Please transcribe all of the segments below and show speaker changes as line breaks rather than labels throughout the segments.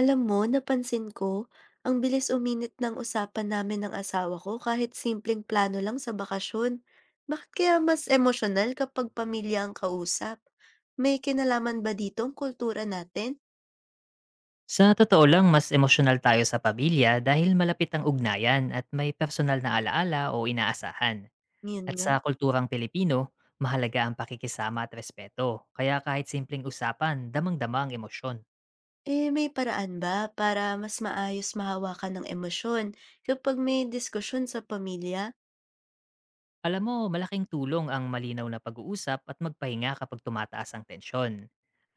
Alam mo, napansin ko, ang bilis uminit ng usapan namin ng asawa ko kahit simpleng plano lang sa bakasyon. Bakit kaya mas emosyonal kapag pamilya ang kausap? May kinalaman ba dito ang kultura natin?
Sa totoo lang, mas emosyonal tayo sa pamilya dahil malapit ang ugnayan at may personal na alaala o inaasahan.
Yun
At
nga.
sa kulturang Pilipino, mahalaga ang pakikisama at respeto. Kaya kahit simpleng usapan, damang-dama ang emosyon.
Eh, may paraan ba para mas maayos mahawakan ng emosyon kapag may diskusyon sa pamilya?
Alam mo, malaking tulong ang malinaw na pag-uusap at magpahinga kapag tumataas ang tensyon.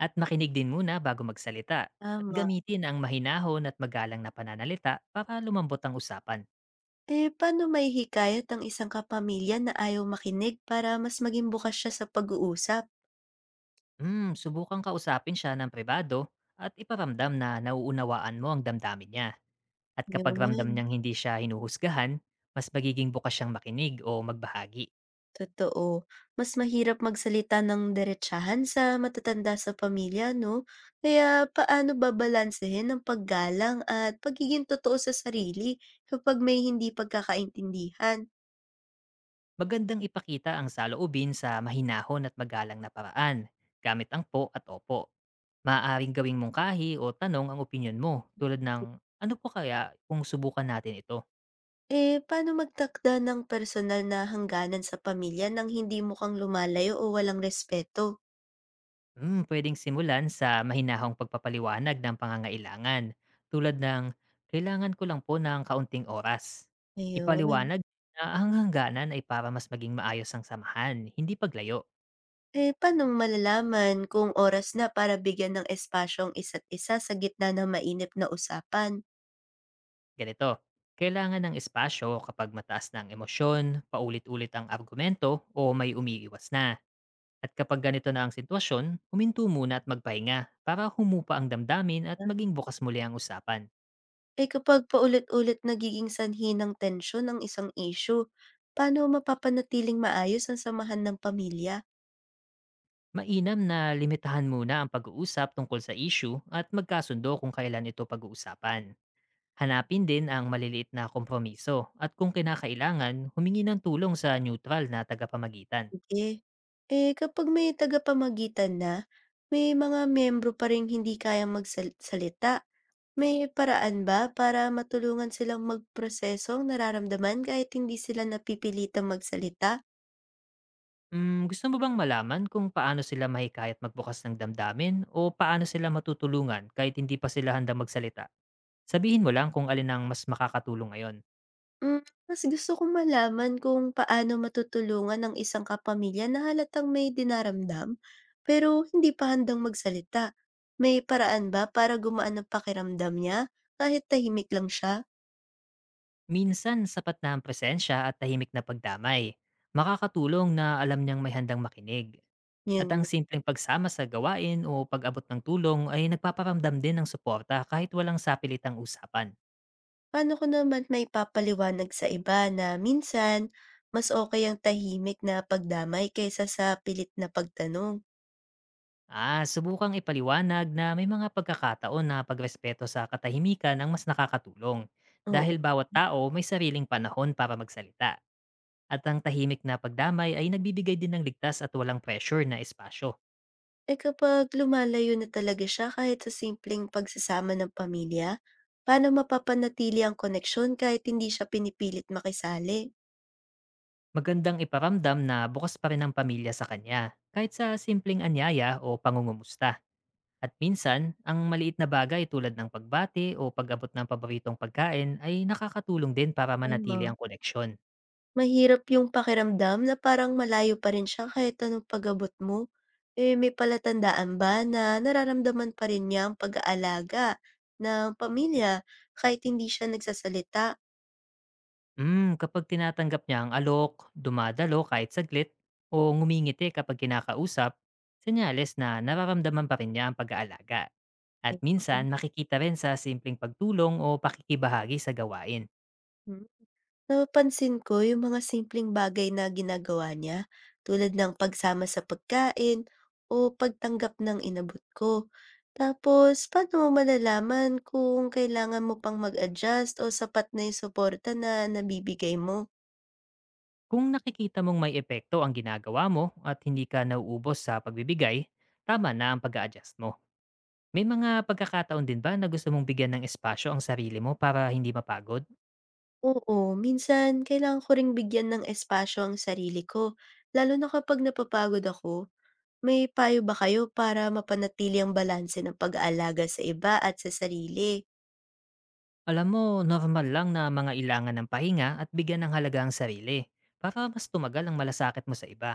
At makinig din muna bago magsalita at
Tama.
gamitin ang mahinahon at magalang na pananalita para lumambot ang usapan.
Eh, paano may hikayat ang isang kapamilya na ayaw makinig para mas maging bukas siya sa pag-uusap?
Subukang kausapin siya ng privado at iparamdam na nauunawaan mo ang damdamin niya. At kapag ramdam
Yun.
niyang hindi siya hinuhusgahan, mas magiging bukas siyang makinig o magbahagi.
Totoo. Mas mahirap magsalita ng diretsahan sa matatanda sa pamilya, no? Kaya paano babalansehin ang paggalang at pagiging totoo sa sarili kapag may hindi pagkakaintindihan?
Magandang ipakita ang saloobin sa mahinahon at magalang na paraan, gamit ang po at opo. Maaaring gawing mungkahi o tanong ang opinyon mo tulad ng ano po kaya kung subukan natin ito?
Eh, paano magtakda ng personal na hangganan sa pamilya nang hindi mukhang lumalayo o walang respeto?
Puwedeng simulan sa mahinahong pagpapaliwanag ng pangangailangan, tulad ng, "Kailangan ko lang po ng kaunting oras."
Ayun.
Ipaliwanag na ang hangganan ay para mas maging maayos ang samahan, hindi paglayo.
Eh, paano malalaman kung oras na para bigyan ng espasyong isa't isa sa gitna ng mainip na usapan?
Ganito, kailangan ng espasyo kapag mataas na ang emosyon, paulit-ulit ang argumento, o may umiiwas na. At kapag ganito na ang sitwasyon, huminto muna at magpahinga para humupa ang damdamin at maging bukas muli ang usapan.
Eh, kapag paulit-ulit nagiging sanhi ng tensyon ang isang issue, paano mapapanatiling maayos ang samahan ng pamilya?
Mainam na limitahan muna ang pag-uusap tungkol sa issue at magkasundo kung kailan ito pag-uusapan. Hanapin din ang maliliit na kompromiso at kung kinakailangan, humingi ng tulong sa neutral na tagapamagitan.
Sige. Eh, kapag may tagapamagitan na, may mga miyembro pa ring hindi kayang magsalita. May paraan ba para matulungan silang magproseso ang nararamdaman kahit hindi sila napipilitang magsalita?
Gusto mo bang malaman kung paano sila mahikayat magbukas ng damdamin o paano sila matutulungan kahit hindi pa sila handang magsalita? Sabihin mo lang kung alin ang mas makakatulong ngayon.
Hmm, mas gusto kong malaman kung paano matutulungan ng isang kapamilya na halatang may dinaramdam, pero hindi pa handang magsalita. May paraan ba para gumaan ang pakiramdam niya kahit tahimik lang siya?
Minsan sapat na ang presensya at tahimik na pagdamay. Makakatulong na alam niyang may handang makinig. At ang
Yun,
simpleng pagsama sa gawain o pag-abot ng tulong ay nagpaparamdam din ng suporta kahit walang sapilitang usapan.
paano ko naman may papaliwanag sa iba na minsan mas okay ang tahimik na pagdamay kaysa sa pilit na pagtanong?
Ah, subukang ipaliwanag na may mga pagkakataon na pagrespeto sa katahimikan ang mas nakakatulong dahil bawat tao may sariling panahon para magsalita. At ang tahimik na pagdamay ay nagbibigay din ng ligtas at walang pressure na espasyo.
Eh, kapag lumalayo na talaga siya kahit sa simpleng pagsasama ng pamilya, paano mapapanatili ang koneksyon kahit hindi siya pinipilit makisali?
Magandang iparamdam na bukas pa rin ang pamilya sa kanya, kahit sa simpleng anyaya o pangungumusta. At minsan, ang maliit na bagay tulad ng pagbati o pag-abot ng paboritong pagkain ay nakakatulong din para manatili
Tama.
ang koneksyon.
Mahirap yung pakiramdam na parang malayo pa rin siya kahit anong pag-abot mo. Eh, may palatandaan ba na nararamdaman pa rin niya ang pag-aalaga ng pamilya kahit hindi siya nagsasalita?
Kapag tinatanggap niya ang alok, dumadalo kahit saglit, o ngumingiti kapag kinakausap, senyales na nararamdaman pa rin niya ang pag-aalaga. At minsan, makikita rin sa simpleng pagtulong o pakikibahagi sa gawain.
Mhm. Napapansin ko yung mga simpleng bagay na ginagawa niya, tulad ng pagsama sa pagkain o pagtanggap ng inabot ko. Tapos, paano mo malalaman kung kailangan mo pang mag-adjust o sapat na yung suporta na nabibigay mo?
Kung nakikita mong may epekto ang ginagawa mo at hindi ka nauubos sa pagbibigay, tama na ang pag-a-adjust mo. May mga pagkakataon din ba na gusto mong bigyan ng espasyo ang sarili mo para hindi mapagod?
Oo, minsan kailangan ko ring bigyan ng espasyo ang sarili ko, lalo na kapag napapagod ako. May payo ba kayo para mapanatili ang balanse ng pag-aalaga sa iba at sa sarili?
Alam mo, normal lang na mga ilangan ng pahinga at bigyan ng halaga ang sarili para mas tumagal ang malasakit mo sa iba.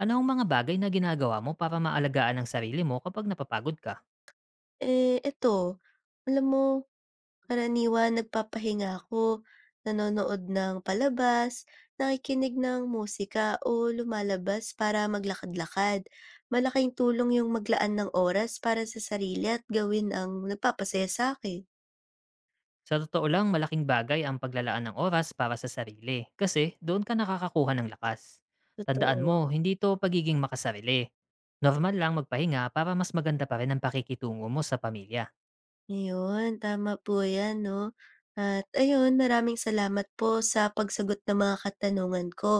Ano ang mga bagay na ginagawa mo para maalagaan ang sarili mo kapag napapagod ka?
Eh, eto, alam mo, karaniwan nagpapahinga ako, nanonood ng palabas, nakikinig ng musika o lumalabas para maglakad-lakad. Malaking tulong yung maglaan ng oras para sa sarili at gawin ang nagpapasaya sa'kin.
Sa totoo lang, malaking bagay ang paglalaan ng oras para sa sarili kasi doon ka nakakakuha ng lakas. Tandaan
Totoo.
mo, hindi ito pagiging makasarili. Normal lang magpahinga para mas maganda pa rin ang pakikitungo mo sa pamilya.
Ayun, tama po 'yan 'no. At ayun, maraming salamat po sa pagsagot ng mga katanungan ko,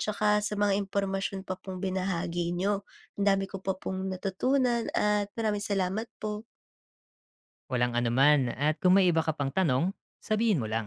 tsaka sa mga impormasyon pa pong binahagi niyo. Ang dami ko pa pong natutunan at maraming salamat po.
Walang anuman at kung may iba ka pang tanong, sabihin mo lang.